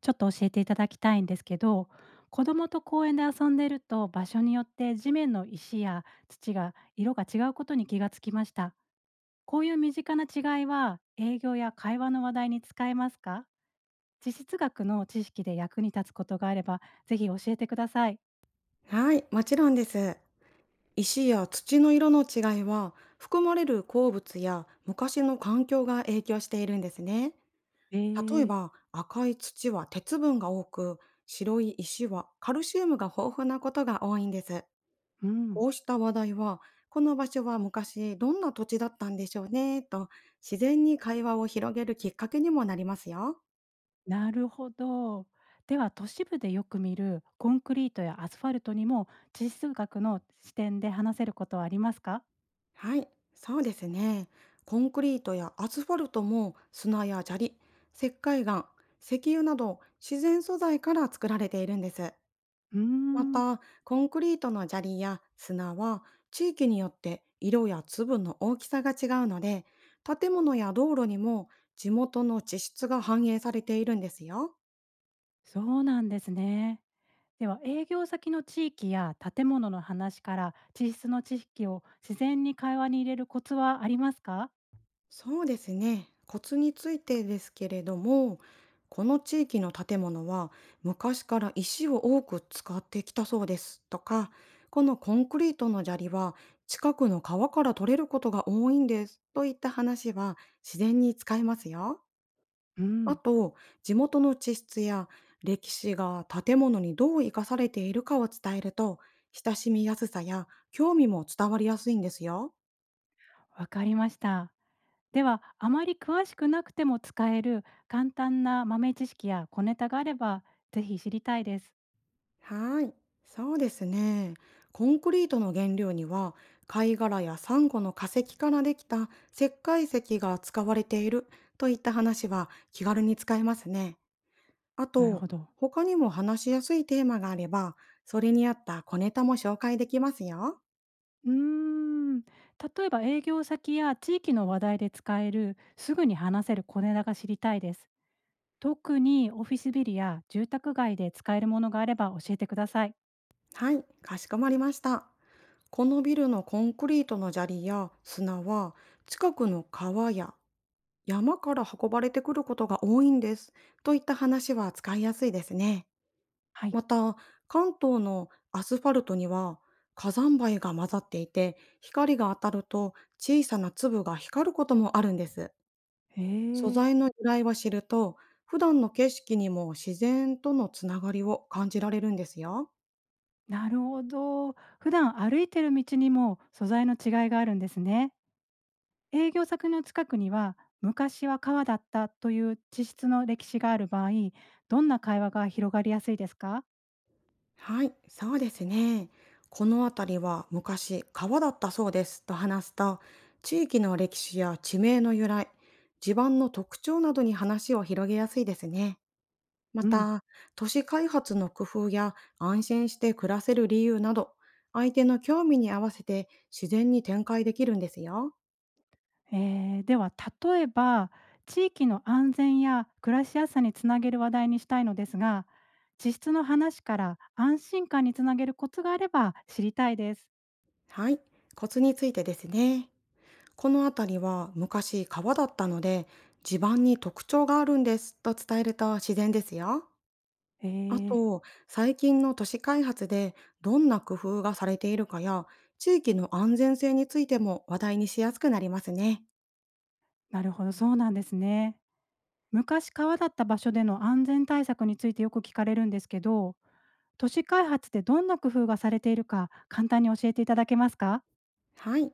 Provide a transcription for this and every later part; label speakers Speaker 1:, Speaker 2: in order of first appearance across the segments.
Speaker 1: ちょっと教えていただきたいんですけど、子供と公園で遊んでると場所によって地面の石や土が色が違うことに気がつきました。こういう身近な違いは営業や会話の話題に使えますか？地質学の知識で役に立つことがあれば、ぜひ教えてください。
Speaker 2: はい、もちろんです。石や土の色の違いは、含まれる鉱物や昔の環境が影響しているんですね。
Speaker 1: え
Speaker 2: 例え
Speaker 1: ー、
Speaker 2: ば、赤い土は鉄分が多く、白い石はカルシウムが豊富なことが多いんです。
Speaker 1: うん、
Speaker 2: こうした話題は、この場所は昔どんな土地だったんでしょうね、と自然に会話を広げるきっかけにもなりますよ。
Speaker 1: なるほど。では、都市部でよく見るコンクリートやアスファルトにも地質学の視点で話せることはありますか？
Speaker 2: はい、そうですね。コンクリートやアスファルトも砂や砂利、石灰岩、石油など自然素材から作られているんです。
Speaker 1: うー
Speaker 2: ま
Speaker 1: ん、
Speaker 2: た、コンクリートの砂利や砂は地域によって色や粒の大きさが違うので、建物や道路にも地元の地質が反映されているんですよ。
Speaker 1: そうなんですね。では、営業先の地域や建物の話から地質の知識を自然に会話に入れるコツはありますか？
Speaker 2: そうですね。コツについてですけれども、この地域の建物は昔から石を多く使ってきたそうですとか、このコンクリートの砂利は近くの川から取れることが多いんですといった話は自然に使えますよ。
Speaker 1: う
Speaker 2: あ
Speaker 1: ん、
Speaker 2: と、地元の地質や歴史が建物にどう生かされているかを伝えると、親しみやすさや興味も伝わりやすいんですよ。
Speaker 1: わかりました。ではあまり詳しくなくても使える簡単な豆知識や小ネタがあれば、ぜひ知りたいです。
Speaker 2: はい、そうですね。コンクリートの原料には貝殻やサンゴの化石からできた石灰石が使われているといった話は気軽に使えますね。あ
Speaker 1: なる
Speaker 2: と、
Speaker 1: ほど。
Speaker 2: 他にも話しやすいテーマがあれば、それに合った小ネタも紹介できますよ。
Speaker 1: うーん、例えば営業先や地域の話題で使えるすぐに話せる小ネタが知りたいです。特にオフィスビルや住宅街で使えるものがあれば教えてください。
Speaker 2: はい、かしこまりました。このビルのコンクリートの砂利や砂は近くの川や山から運ばれてくることが多いんです。といった話は使いやすいですね。
Speaker 1: はい。
Speaker 2: また、関東のアスファルトには火山灰が混ざっていて、光が当たると小さな粒が光ることもあるんです。
Speaker 1: へ
Speaker 2: 素
Speaker 1: え、
Speaker 2: 材の由来を知ると、普段の景色にも自然とのつながりを感じられるんですよ。
Speaker 1: なるほど。普段歩いてる道にも素材の違いがあるんですね。営業先の近くには昔は川だったという地質の歴史がある場合、どんな会話が広がりやすいですか？
Speaker 2: はい、そうですね。この辺りは昔川だったそうですと話すと、地域の歴史や地名の由来、地盤の特徴などに話を広げやすいですね。ま
Speaker 1: うん、
Speaker 2: た、都市開発の工夫や安心して暮らせる理由など、相手の興味に合わせて自然に展開できるんですよ。
Speaker 1: では、例えば地域の安全や暮らしやすさにつなげる話題にしたいのですが、地質の話から安心感につなげるコツがあれば知りたいです。
Speaker 2: はい、コツについてですね。この辺りは昔川だったので、地盤に特徴があるんですと伝えると自然ですよ。
Speaker 1: え
Speaker 2: あ
Speaker 1: ー、
Speaker 2: と、最近の都市開発でどんな工夫がされているかや、地域の安全性についても話題にしやすくなりますね。
Speaker 1: なるほど、そうなんですね。昔川だった場所での安全対策についてよく聞かれるんですけど、都市開発でどんな工夫がされているか簡単に教えていただけますか？
Speaker 2: はい。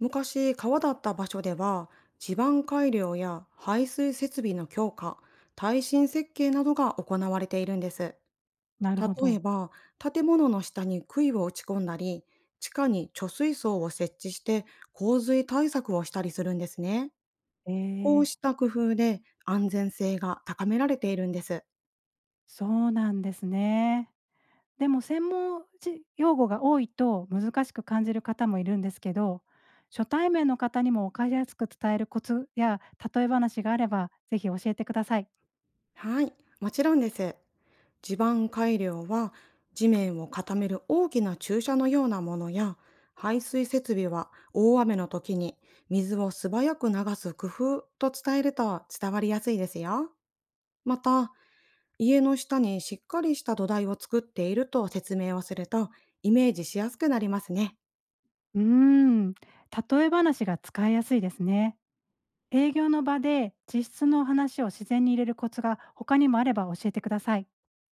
Speaker 2: 昔、川だった場所では、地盤改良や排水設備の強化、耐震設計などが行われているんです。
Speaker 1: なるほ
Speaker 2: 例え
Speaker 1: ど。
Speaker 2: ば、建物の下に杭を打ち込んだり、地下に貯水槽を設置して洪水対策をしたりするんですね。
Speaker 1: え
Speaker 2: こう
Speaker 1: ー、
Speaker 2: した工夫で安全性が高められているんです。
Speaker 1: そうなんですね。でも専門じ用語が多いと難しく感じる方もいるんですけど、初対面の方にも分かりやすく伝えるコツや例え話があれば、ぜひ教えてください。
Speaker 2: はい、もちろんです。地盤改良は地面を固める大きな注射のようなものや、排水設備は大雨の時に水を素早く流す工夫と伝えると伝わりやすいですよ。また、家の下にしっかりした土台を作っていると説明をするとイメージしやすくなりますね。
Speaker 1: うーん、例え話が使いやすいですね。営業の場で実質の話を自然に入れるコツが他にもあれば教えてください。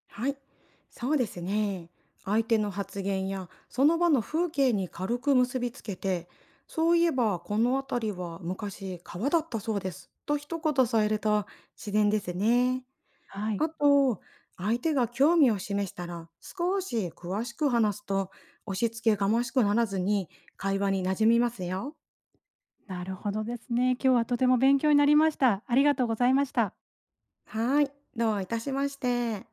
Speaker 2: はい、そうですね。相手の発言やその場の風景に軽く結びつけて、そういえばこの辺りは昔川だったそうですと一言添えると自然ですね。
Speaker 1: はい、
Speaker 2: あと、相手が興味を示したら少し詳しく話すと押し付けがましくならずに会話に馴染みますよ。
Speaker 1: なるほどですね。今日はとても勉強になりました。ありがとうございました。
Speaker 2: はい、どういたしまして。